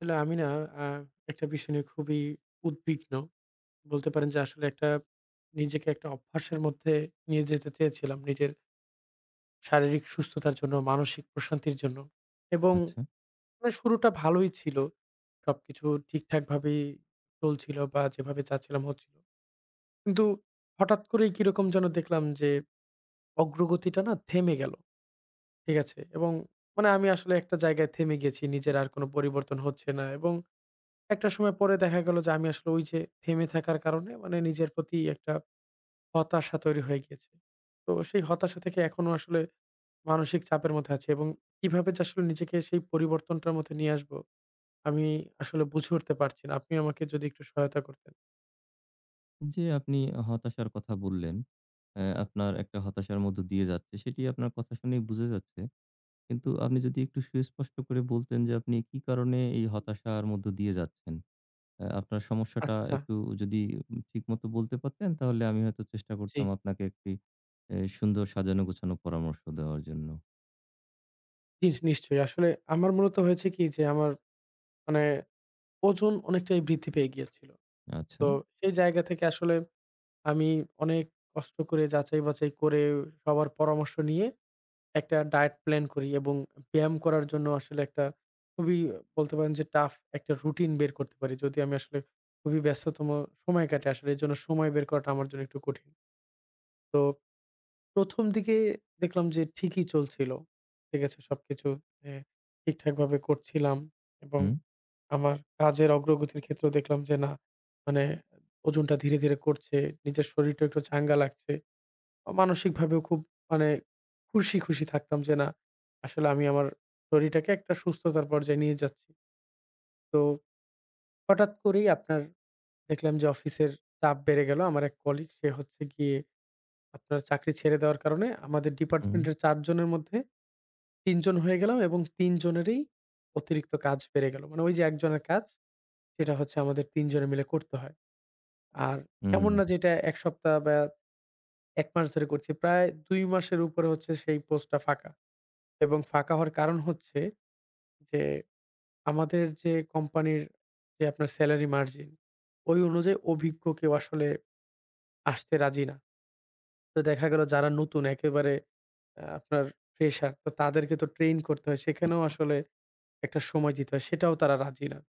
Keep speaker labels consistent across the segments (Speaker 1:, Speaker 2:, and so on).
Speaker 1: আসলে আমি না আ একটা বিষয় নিয়ে খুবই উদ্বিগ্ন। বলতে পারেন যে আসলে একটা নিজেকে একটা অভ্যাসের মধ্যে নিয়ে যেতে চেয়েছিলাম। নিজের শারীরিক সুস্থতার জন্য, মানসিক প্রশান্তির জন্য। এবং
Speaker 2: আচ্ছা।
Speaker 1: মানে শুরুটা ভালোই ছিল। সবকিছু ঠিকঠাকভাবেই চলছিল বা যেভাবে চাচ্ছিলাম হচ্ছিল। কিন্তু হঠাৎ করেই কিরকম যেন দেখলাম যে অগ্রগতিটা না থেমে গেল। ঠিক আছে? এবং মানে আমি আসলে একটা জায়গায় থেমে গেছি। নিজের আর কোন পরিবর্তন হচ্ছে না এবং একটা সময় পরে দেখা গেল যে আমি আসলে ওই যে থেমে থাকার কারণে মানে নিজের প্রতি একটা হতাশা তৈরি হয়ে গিয়েছে। তো সেই হতাশা থেকে এখনো আসলে মানসিক চাপের মধ্যে আছি এবং কিভাবে যে আসলে নিজেকে সেই পরিবর্তনটার মধ্যে নিয়ে আসবো আমি আসলে বুঝে উঠতে পারছি না। আপনি আমাকে যদি একটু সহায়তা করতেন।
Speaker 2: যে আপনি হতাশার কথা বললেন, আপনার একটা হতাশার মধ্য দিয়ে যাচ্ছে, সেটি আপনার কথা শুনেই বুঝা যাচ্ছে। কিন্তু আপনি যদি একটু সুস্পষ্ট করে বলতেন যে আপনি কি কারণে এই হতাশার মধ্য দিয়ে যাচ্ছেন? আপনার সমস্যাটা
Speaker 1: আচ্ছা,
Speaker 2: একটু যদি ঠিকমতো বলতে পারতেন, তাহলে আমি হয়তো চেষ্টা
Speaker 1: জি,
Speaker 2: করতাম আপনাকে একটি এ সুন্দর সাজানো গোছানো পরামর্শ দেওয়ার জন্য।
Speaker 1: জি, নিশ্চয়ই। আসলে আমার মূলত হয়েছে কি যে আমার মানে ওজন অনেকটাই বৃদ্ধি পেয়ে গিয়েছিল।
Speaker 2: আচ্ছা।
Speaker 1: তো সেই জায়গা থেকে আসলে আমি অনেক কষ্ট করে যাচাই-বাছাই করে সবার পরামর্শ নিয়ে একটা ডায়েট প্ল্যান করি এবং ব্যায়াম করার জন্য আসলে একটা খুবই বলতে পারেন যে টাফ একটা রুটিন বের করতে পারি। যদি আমি আসলে খুবই ব্যস্ততম সময় কাটে আসলে এর জন্য সময় বের করাটা আমার জন্য একটু কঠিন। তো ১ম দিকে দেখলাম যে ঠিকই চলছিল। ঠিক আছে? সবকিছু এ ঠিকঠাকভাবে করছিলাম এবং
Speaker 2: হুম,
Speaker 1: আমার কাজের অগ্রগতির ক্ষেত্রেও দেখলাম যে না মানে ওজনটা ধীরে, ধীরে কমছে। নিজের শরীরটা একটু চাঙ্গা লাগছে। মানসিকভাবেও খুব মানে খুশি, খুশি থাকতাম যে না আসলে আমি আমার শরীরটাকে একটা সুস্থতার পর্যায়ে নিয়ে যাচ্ছি। তো হঠাৎ করেই আপনার দেখলাম যে অফিসের চাপ বেড়ে গেল। আমার এক কলিগ সে হচ্ছে গিয়ে আপনার চাকরি ছেড়ে দেওয়ার কারণে আমাদের
Speaker 2: হুম,
Speaker 1: ডিপার্টমেন্টের ৪ জনের মধ্যে ৩ জন হয়ে গেলাম এবং ৩ জনেরই অতিরিক্ত কাজ বেড়ে গেল। মানে ওই যে একজনের কাজ সেটা হচ্ছে আমাদের ৩ জনে মিলে করতে হয়। আর এমন না
Speaker 2: হুম।
Speaker 1: যে এটা ১ সপ্তাহ বা ১ মাস ধরে করছি। প্রায় ২ মাসের উপরে হচ্ছে সেই পোস্টটা ফাঁকা। এবং ফাঁকা হওয়ার কারণ হচ্ছে যে, আমাদের যে কোম্পানির যে আপনার সেলারি মার্জিন, ওই অনুযায়ী অভিজ্ঞ কেউ আসলে আসতে রাজি না। তো দেখা গেল যারা নতুন একেবারে আপনার ফ্রেশার তো তাদেরকে তো ট্রেইন করতে হয়। সেখানেও আসলে একটা সময় দিতে হয়। সেটাও তারা রাজি না।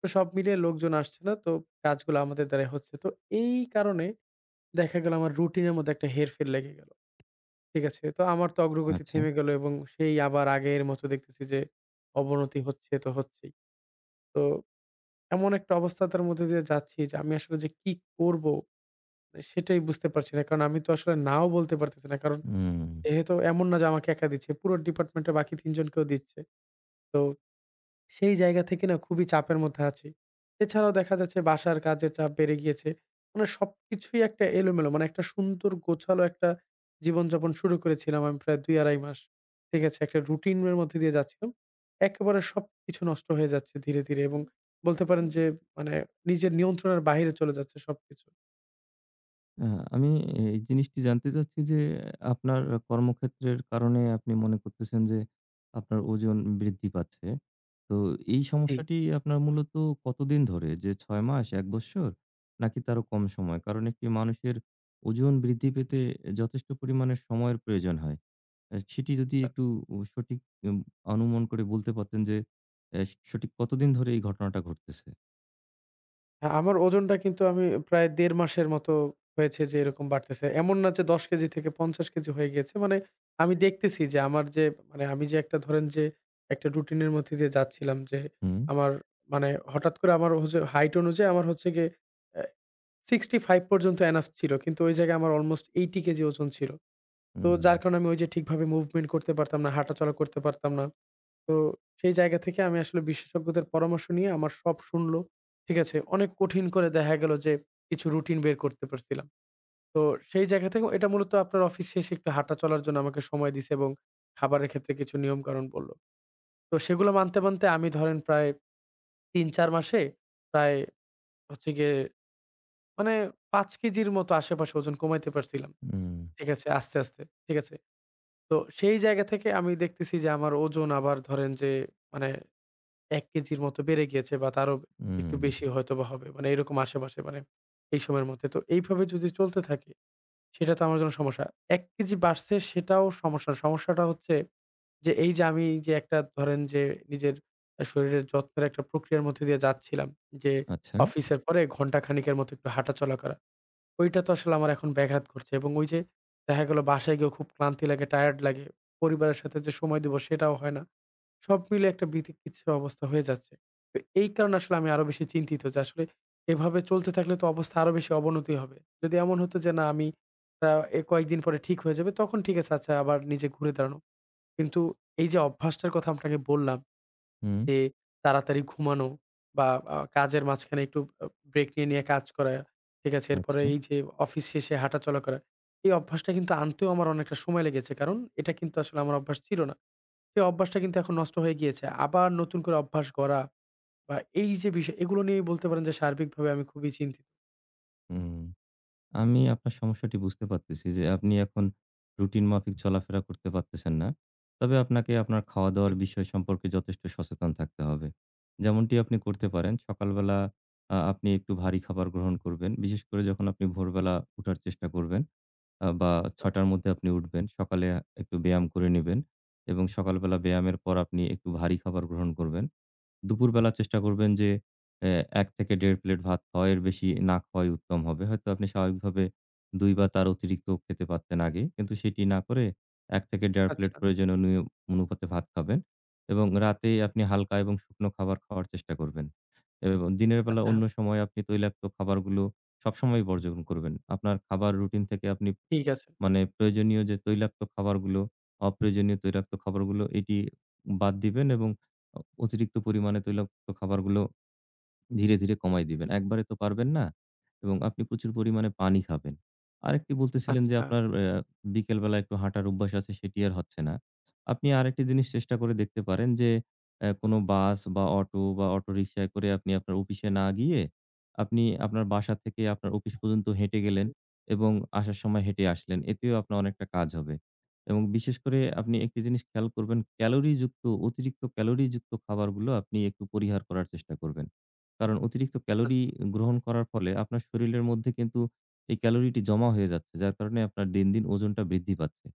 Speaker 1: তো সব মিলিয়ে লোকজন আসছে না। তো কাজগুলো আমাদের দ্বারাই হচ্ছে। তো এই কারণে দেখা গেল আমার রুটিনের মধ্যে একটা হেরফের লেগে গেল। ঠিক আছে? তো আমার তো অগ্রগতি
Speaker 2: আচ্ছা।
Speaker 1: থেমে গেল এবং সেই আবার আগের মতো দেখতেছি যে অবনতি হচ্ছে তো হচ্ছেই। তো এমন একটা অবস্থাতার মধ্যে দিয়ে যাচ্ছি যে আমি আসলে যে কি করব? মানে সেটাই বুঝতে পারছি না। কারণ আমি তো আসলে নাও বলতে পারতেছি না। কারণ
Speaker 2: হুম।
Speaker 1: যেহেতু এমন না যে আমাকে একা দিচ্ছে, পুরো ডিপার্টমেন্টের বাকি ৩ জনকেও দিচ্ছে। তো সেই জায়গা থেকে না খুবই চাপের মধ্যে আছি। এছাড়াও দেখা যাচ্ছে বাসার কাজের চাপ বেড়ে গিয়েছে। মানে সবকিছুই একটা এলোমেলো মানে একটা সুন্দর গোছালো একটা জীবনযাপন শুরু করেছিলাম আমি প্রায় ২ ২.৫ মাস। ঠিক আছে? একটা রুটিন এর মধ্যে দিয়ে যাচ্ছিলাম। একেবারে সবকিছু নষ্ট হয়ে যাচ্ছে ধীরে, ধীরে এবং বলতে পারেন যে মানে নিজের নিয়ন্ত্রণের বাহিরে চলে যাচ্ছে সবকিছু।
Speaker 2: আ আমি এই জিনিসটি জানতে চাচ্ছি যে, আপনার কর্মক্ষেত্রের কারণে আপনি মনে করতেছেন যে, আপনার ওজন বৃদ্ধি পাচ্ছে। তো এই
Speaker 1: জি।
Speaker 2: সমস্যাটি আপনার মূলত কতদিন ধরে? যে ৬ মাস, ১ বৎসর? নাকি তারও কম সময়? কারণ একটি মানুষের ওজন বৃদ্ধি পেতে যথেষ্ট পরিমাণে সময়ের প্রয়োজন হয়। সেটি যদি একটু সঠিক উম অনুমান করে বলতে পারতেন যে, এ সঠিক কতদিন ধরে এই ঘটনাটা ঘটতেছে?
Speaker 1: হ্যাঁ, আমার ওজনটা কিন্তু আমি প্রায় ১.৫ মাসের মতো হয়েছে যে এরকম বাড়তেছে। এমন না যে ১০ কেজি থেকে ৫০ কেজি হয়ে গিয়েছে। মানে আমি দেখতেছি যে আমার যে মানে আমি যে একটা ধরেন যে একটা রুটিনের মধ্যে দিয়ে যাচ্ছিলাম যে
Speaker 2: হুম,
Speaker 1: আমার মানে হঠাৎ করে আমার হচ্ছে হাইট অনুযায়ী আমার হচ্ছে গিয়ে অ্যা ৬৫ পর্যন্ত এনাফ ছিল। কিন্তু ওই জায়গায় আমার অলমোস্ট ৮০ কেজি ওজন ছিল। তো
Speaker 2: হুম,
Speaker 1: যার কারণে আমি ওই যে ঠিকভাবে মুভমেন্ট করতে পারতাম না, হাঁটাচলা করতে পারতাম না। তো সেই জায়গা থেকে আমি আসলে বিশেষজ্ঞদের পরামর্শ নিয়ে আমার সব শুনলো। ঠিক আছে? অনেক কঠিন করে দেখা গেল যে কিছু রুটিন বের করতে পারছিলাম। তো সেই জায়গা থেকে এটা মূলত আপনার অফিস শেষে একটু হাঁটা চলার জন্য আমাকে সময় দিছে এবং খাবারের ক্ষেত্রে কিছু নিয়মকানুন বলল। তো সেগুলো মানতে, মানতে আমি ধরেন প্রায় ৩-৪ মাসে প্রায় হচ্ছে গিয়ে মানে ৫ কেজির মতো আশেপাশে ওজন কমাইতে পারছিলাম।
Speaker 2: হুম,
Speaker 1: ঠিক আছে? আস্তে, আস্তে। ঠিক আছে? তো সেই জায়গা থেকে আমি দেখতেছি যে আমার ওজন আবার ধরেন যে মানে ১ কেজির মতো বেড়ে গিয়েছে বা তারও একটু
Speaker 2: হুম,
Speaker 1: বেশি হয়তোবা হবে। মানে এরকম আশেপাশে মানে এই সময়ের মধ্যে। তো এইভাবে যদি চলতে থাকে সেটা তো আমার জন্য সমস্যা। ১ কেজি বাড়ছে সেটাও সমস্যা না। সমস্যাটা হচ্ছে যে এই যে আমি যে একটা ধরেন যে নিজের শরীরের যত্নের একটা প্রক্রিয়ার মধ্যে দিয়ে যাচ্ছিলাম যে
Speaker 2: আচ্ছা,
Speaker 1: অফিসের পরে ঘন্টা খানিকের মতো একটু হাঁটাচলা করা। ওইটা তো আসলে আমার এখন ব্যাঘাত ঘটছে এবং ওই যে দেখা গেল বাসায় গিয়েও খুব ক্লান্তি লাগে, টায়ার্ড লাগে। পরিবারের সাথে যে সময় দিব সেটাও হয় না। সব মিলে একটা বিতিকিচ্ছির অবস্থা হয়ে যাচ্ছে। তো এই কারণে আসলে আমি আরো বেশি চিন্তিত যে আসলে এভাবে চলতে থাকলে তো অবস্থা আরো বেশি অবনতি হবে। যদি এমন হতো যে না আমি আ এ কয়েকদিন পরে ঠিক হয়ে যাবে তখন ঠিক আছে আচ্ছা আবার নিজে ঘুরে দাঁড়ানো। কিন্তু এই যে অভ্যাসটার কথা আপনাকে বললাম
Speaker 2: হুম,
Speaker 1: যে তাড়াতাড়ি ঘুমানো বা কাজের মাঝখানে একটু ব্রেক নিয়ে কাজ করা, ঠিক আছে? এরপরে
Speaker 2: আচ্ছা।
Speaker 1: এই যে অফিস শেষে হাঁটাচলা করা। এই অভ্যাসটা কিন্তু আনতেও আমার অনেকটা সময় লেগেছে। কারণ এটা কিন্তু আসলে আমার অভ্যাস ছিল না। সেই অভ্যাসটা কিন্তু এখন নষ্ট হয়ে গিয়েছে। আবার নতুন করে অভ্যাস গড়া বা এই যে বিষয় এগুলো নিয়ে বলতে পারেন যে সার্বিকভাবে আমি খুবই চিন্তিত।
Speaker 2: হুম, আমি আপনার সমস্যাটি বুঝতে পারতেছি যে আপনি এখন রুটিন মাফিক চলাফেরা করতে পারতেছেন না। তবে আপনাকে আপনার খাওয়া-দাওয়ার
Speaker 1: চিন্তিত।
Speaker 2: বিষয় সম্পর্কে যথেষ্ট সচেতন থাকতে হবে। যেমনটি আপনি করতে পারেন সকালবেলা আপনি একটু ভারী খাবার গ্রহণ করবেন। বিশেষ করে যখন আপনি ভোরবেলা উঠার চেষ্টা করবেন বা ৬ঃ০০ র মধ্যে আপনি উঠবেন। সকালে একটু ব্যায়াম করে নিবেন এবং সকালবেলা ব্যায়ামের পর আপনি একটু ভারী খাবার গ্রহণ করবেন। দুপুরবেলা চেষ্টা করবেন যে অ্যা ১ থেকে ১.৫ প্লেট ভাত খাওয়া, এর বেশি না খাওয়াই উত্তম হবে। হয়তো আপনি স্বাভাবিকভাবে ২ বা তার অতিরিক্ত খেতে পারতেন আগে। কিন্তু সেটি না করে ১ থেকে ১.৫
Speaker 1: আচ্ছা,
Speaker 2: প্লেট প্রয়োজনীয় নিয়ম অনুপাতে ভাত খাবেন এবং রাতে আপনি হালকা এবং শুকনো খাবার খাওয়ার চেষ্টা করবেন। এবং দিনের বেলা
Speaker 1: আচ্ছা।
Speaker 2: অন্য সময় আপনি তৈলাক্ত খাবারগুলো সবসময়ই বর্জন করবেন। আপনার খাবার রুটিন থেকে আপনি
Speaker 1: ঠিক আছে।
Speaker 2: মানে প্রয়োজনীয় যে তৈলাক্ত খাবারগুলো, অপ্রয়োজনীয় তৈলাক্ত খাবারগুলো এটি বাদ দিবেন এবং অতিরিক্ত পরিমাণে তৈলাক্ত খাবারগুলো ধীরে, ধীরে কমায় দিবেন। একবারে তো পারবেন না এবং আপনি প্রচুর পরিমাণে পানি খাবেন। আরেকটি বলতেছিলেন যে
Speaker 1: আচ্ছা,
Speaker 2: আপনার বিকেলবেলা একটু হাঁটার অভ্যাস আছে সেটি আর হচ্ছে না। আপনি আরেকটি জিনিস চেষ্টা করে দেখতে পারেন যে কোনো বাস বা অটো বা অটোরিকশায় করে আপনি আপনার অফিসে না গিয়ে আপনি আপনার বাসা থেকে আপনার অফিস পর্যন্ত হেঁটে গেলেন এবং আসার সময় হেঁটে আসলেন। এতেও আপনার অনেকটা কাজ হবে এবং বিশেষ করে আপনি একটি জিনিস খেয়াল করবেন ক্যালোরিযুক্ত অতিরিক্ত ক্যালোরিযুক্ত খাবারগুলো আপনি একটু পরিহার করার চেষ্টা করবেন। কারণ অতিরিক্ত ক্যালোরি
Speaker 1: আচ্ছা।
Speaker 2: গ্রহণ করার ফলে আপনার শরীরের মধ্যে কিন্তু এই ক্যালোরিটি জমা হয়ে যাচ্ছে। যার কারণে আপনার দিন, দিন ওজনটা বৃদ্ধি পাচ্ছে।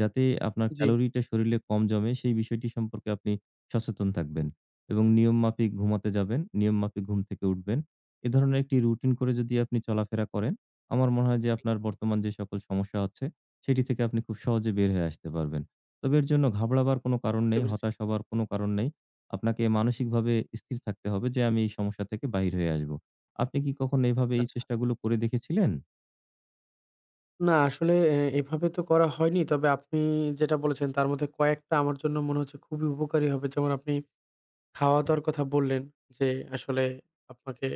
Speaker 2: যাতে আপনার
Speaker 1: জি,
Speaker 2: ক্যালোরিটা শরীরে কম জমে সেই বিষয়টি সম্পর্কে আপনি সচেতন থাকবেন এবং নিয়ম মাফিক ঘুমাতে যাবেন, নিয়ম মাফিক ঘুম থেকে উঠবেন। এ ধরনের একটি রুটিন করে যদি আপনি চলাফেরা করেন, আমার মনে হয় যে আপনার বর্তমান যে সকল সমস্যা হচ্ছে সেটি থেকে আপনি খুব সহজে বের হয়ে আসতে পারবেন। তবে এর জন্য ঘাবড়াবার কোনো কারণ
Speaker 1: বুঝতে
Speaker 2: নেই,
Speaker 1: পেরেছি।
Speaker 2: হতাশ হবার কোনো কারণ নেই। আপনাকে মানসিকভাবে স্থির থাকতে হবে যে আমি এই সমস্যা থেকে বাহির হয়ে আসবো। আপনি কি কখনো এভাবে এই
Speaker 1: আচ্ছা।
Speaker 2: চেষ্টাগুলো করে দেখেছিলেন?
Speaker 1: না আসলে এভাবে তো করা হয়নি। তবে আপনি যেটা বলেছেন তার মধ্যে কয়েকটা আমার জন্য মনে হচ্ছে খুবই উপকারী হবে। যেমন আপনি খাওয়া-দাওয়ার কথা বললেন যে, আসলে আপনাকে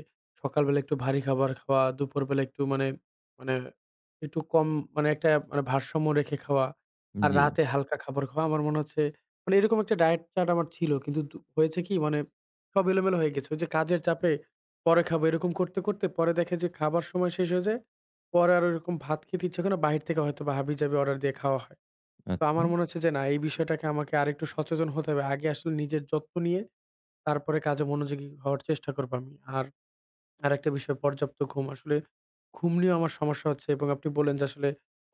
Speaker 1: সকালবেলা একটু ভারী খাবার খাওয়া, দুপুরবেলা একটু মানে, মানে একটু কম মানে একটা মানে ভারসাম্য রেখে খাওয়া, আর
Speaker 2: জি,
Speaker 1: রাতে হালকা খাবার খাওয়া। আমার মনে হচ্ছে মানে এরকম একটা ডায়েট চার্ট আমার ছিল। কিন্তু হয়েছে কি মানে সব এলোমেলো হয়ে গেছে। ওই যে কাজের চাপে পরে খাবো এরকম করতে, করতে পরে দেখে যে খাবার সময় শেষ হয়ে যায়। পরে আর ওরকম ভাত খেতে ইচ্ছে করে না। বাহির থেকে হয়তোবা হাবিজাবি অর্ডার দিয়ে খাওয়া হয়। তো
Speaker 2: আচ্ছা।
Speaker 1: আমার মনে হচ্ছে যে না এই বিষয়টাকে আমাকে আরেকটু সচেতন হতে হবে। আগে আসলে নিজের যত্ন নিয়ে তারপরে কাজে মনোযোগী হওয়ার চেষ্টা করবো আমি। আর আরেকটা বিষয় পর্যাপ্ত ঘুম। আসলে ঘুম নিয়েও আমার সমস্যা হচ্ছে এবং আপনি বললেন যে আসলে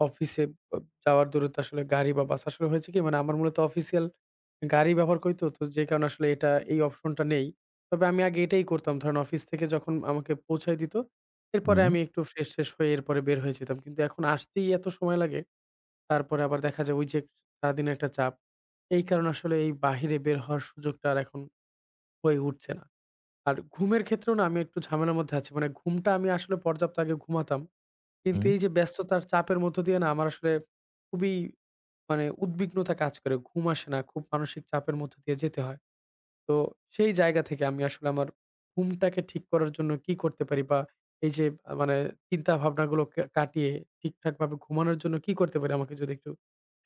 Speaker 1: অফিসে আ যাওয়ার দূরত্ব আসলে গাড়ি বা বাস আসলে হয়েছে কি মানে আমার মূলত অফিসিয়াল গাড়ি ব্যবহার করি তো, তো যে কারণে আসলে এটা এই অপশনটা নেই। তবে আমি আগে এটাই করতাম। ধরেন অফিস থেকে যখন আমাকে পৌঁছায় দিত, এরপরে
Speaker 2: হুম,
Speaker 1: আমি একটু ফ্রেশ-ট্রেশ হয়ে এরপরে বের হয়ে যেতাম। কিন্তু এখন আসতেই এত সময় লাগে। তারপরে আবার দেখা যায় ওই যে সারাদিনের একটা চাপ। এই কারণে আসলে এই বাহিরে বের হওয়ার সুযোগটা আর এখন হয়ে উঠছে না। আর ঘুমের ক্ষেত্রেও না আমি একটু ঝামেলার মধ্যে আছি। মানে ঘুমটা আমি আসলে পর্যাপ্ত আগে ঘুমাতাম। কিন্তু
Speaker 2: হুম।
Speaker 1: এই যে ব্যস্ততার চাপের মধ্য দিয়ে না আমার আসলে খুবই মানে উদ্বিগ্নতা কাজ করে। ঘুম আসে না। খুব মানসিক চাপের মধ্য দিয়ে যেতে হয়। তো সেই জায়গা থেকে আমি আসলে আমার ঘুমটাকে ঠিক করার জন্য কি করতে পারি? বা এই যে মানে চিন্তা ভাবনাগুলো কাটিয়ে ঠিকঠাকভাবে ঘুমানোর জন্য কি করতে পারি? আমাকে যদি একটু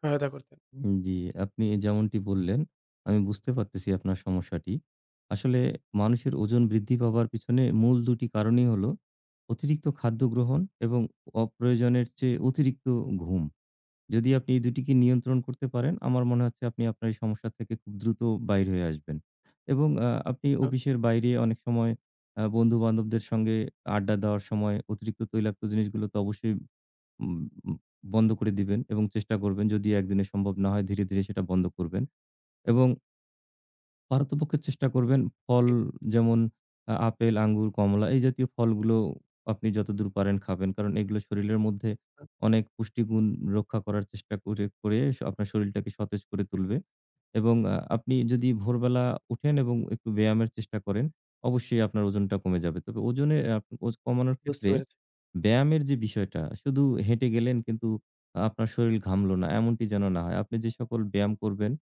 Speaker 1: সহায়তা করতেন।
Speaker 2: জি, আপনি যেমনটি বললেন, আমি বুঝতে পারতেছি আপনার সমস্যাটি। আসলে মানুষের ওজন বৃদ্ধি পাবার পিছনে মূল ২ টি কারণই হলো অতিরিক্ত খাদ্য গ্রহণ এবং অপ্রয়োজনের চেয়ে অতিরিক্ত ঘুম। যদি আপনি এই ২ টিকে নিয়ন্ত্রণ করতে পারেন, আমার মনে হচ্ছে আপনি আপনার এই সমস্যা থেকে খুব দ্রুত বাইর হয়ে আসবেন। এবং আপনি
Speaker 1: আ
Speaker 2: অফিসের বাইরে অনেক সময় বন্ধু-বান্ধবদের সঙ্গে আড্ডা দেওয়ার সময় অতিরিক্ত তৈলাক্ত জিনিসগুলো তো অবশ্যই উম উম বন্ধ করে দিবেন এবং চেষ্টা করবেন যদি একদিনে সম্ভব না হয় ধীরে, ধীরে সেটা বন্ধ করবেন এবং পারতপক্ষে চেষ্টা করবেন ফল
Speaker 1: জি,
Speaker 2: যেমন আপেল, আঙ্গুর, কমলা এই জাতীয় ফলগুলো আপনি যতদূর পারেন খাবেন। কারণ এগুলো শরীরের মধ্যে
Speaker 1: আ
Speaker 2: অনেক পুষ্টিগুণ রক্ষা করার চেষ্টা করে আপনার শরীরটাকে সতেজ করে তুলবে এবং আপনি যদি ভোরবেলা উঠেন এবং একটু ব্যায়ামের চেষ্টা করেন, অবশ্যই আপনার ওজনটা কমে যাবে। তবে ওজনে আপ ওজ কমানোর
Speaker 1: বুঝতে
Speaker 2: ক্ষেত্রে
Speaker 1: পেরেছি।
Speaker 2: ব্যায়ামের যে বিষয়টা, শুধু হেঁটে গেলেন কিন্তু আপনার শরীর ঘামলো না, এমনটি যেন না হয়। আপনি যে সকল ব্যায়াম করবেন,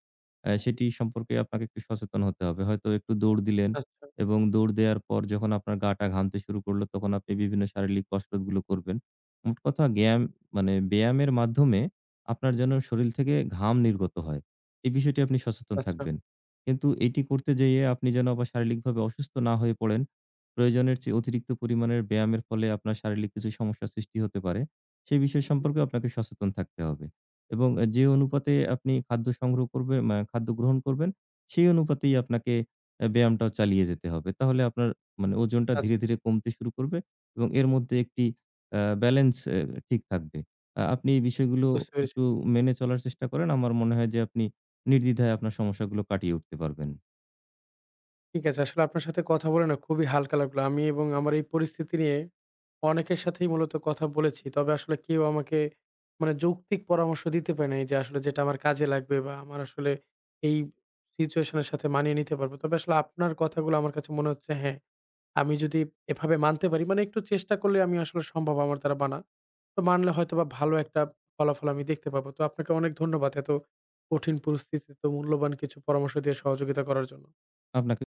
Speaker 2: সেটি সম্পর্কে আপনাকে একটু সচেতন হতে হবে। হয়তো একটু দৌড় দিলেন
Speaker 1: আচ্ছা,
Speaker 2: এবং দৌড় দেওয়ার পর যখন আপনার গাটা ঘামতে শুরু করলো, তখন আপনি বিভিন্ন শারীরিক কসরতগুলো করবেন। মোট কথা মানে ব্যায়ামের মাধ্যমে আপনার যেন শরীল থেকে ঘাম নির্গত হয়। এই বিষয়টি আপনি সচেতন
Speaker 1: আচ্ছা,
Speaker 2: থাকবেন। কিন্তু এটি করতে যেয়ে আপনি যেন আবার শারীরিকভাবে অসুস্থ না হয়ে পড়েন প্রয়োজনের চেয়ে অতিরিক্ত পরিমাণের ব্যায়ামের ফলে আপনার শারীরিক কিছু সমস্যার সৃষ্টি হতে পারে। সেই বিষয় সম্পর্কে আপনাকে সচেতন থাকতে হবে। এবং যে অনুপাতে আপনি খাদ্য গ্রহণ করবেন, সেই অনুপাতেই আপনাকে ব্যায়ামটাও চালিয়ে যেতে হবে। তাহলে আপনার মানে ওজনটা
Speaker 1: আচ্ছা
Speaker 2: ধীরে, ধীরে কমতে শুরু করবে এবং এর মধ্যে একটি ব্যালেন্স ঠিক থাকবে। আপনি এই বিষয়গুলো
Speaker 1: বুঝতে পেরেছি।
Speaker 2: একটু মেনে চলার চেষ্টা করেন। আমার মনে হয় যে আপনি নির্দ্বিধায় আপনার সমস্যাগুলো কাটিয়ে উঠতে পারবেন।
Speaker 1: ঠিক আছে। আসলে আপনার সাথে কথা বলে না খুবই হালকা লাগলো। আমি এবং আমার এই পরিস্থিতি নিয়ে অনেকের সাথেই মূলত কথা বলেছি। তবে আসলে কেউ আমাকে মানে যৌক্তিক পরামর্শ দিতে পারে নাই যে আসলে যেটা আমার কাজে লাগবে বা আমার আসলে এই সিচুয়েশন এর সাথে মানিয়ে নিতে পারবো। তবে আসলে আপনার কথাগুলো আমার কাছে মনে হচ্ছে হ্যাঁ, আমি যদি এভাবে মানতে পারি মানে একটু চেষ্টা করলে আমি আসলে সম্ভব আমার দ্বারা মানা। তো মানলে হয়তোবা ভালো একটা ফলাফল আমি দেখতে পাবো। তো আপনাকে অনেক ধন্যবাদ এত কঠিন পরিস্থিতিতে তো মূল্যবান কিছু পরামর্শ দিয়ে সহযোগিতা করার জন্য।
Speaker 2: আপনাকে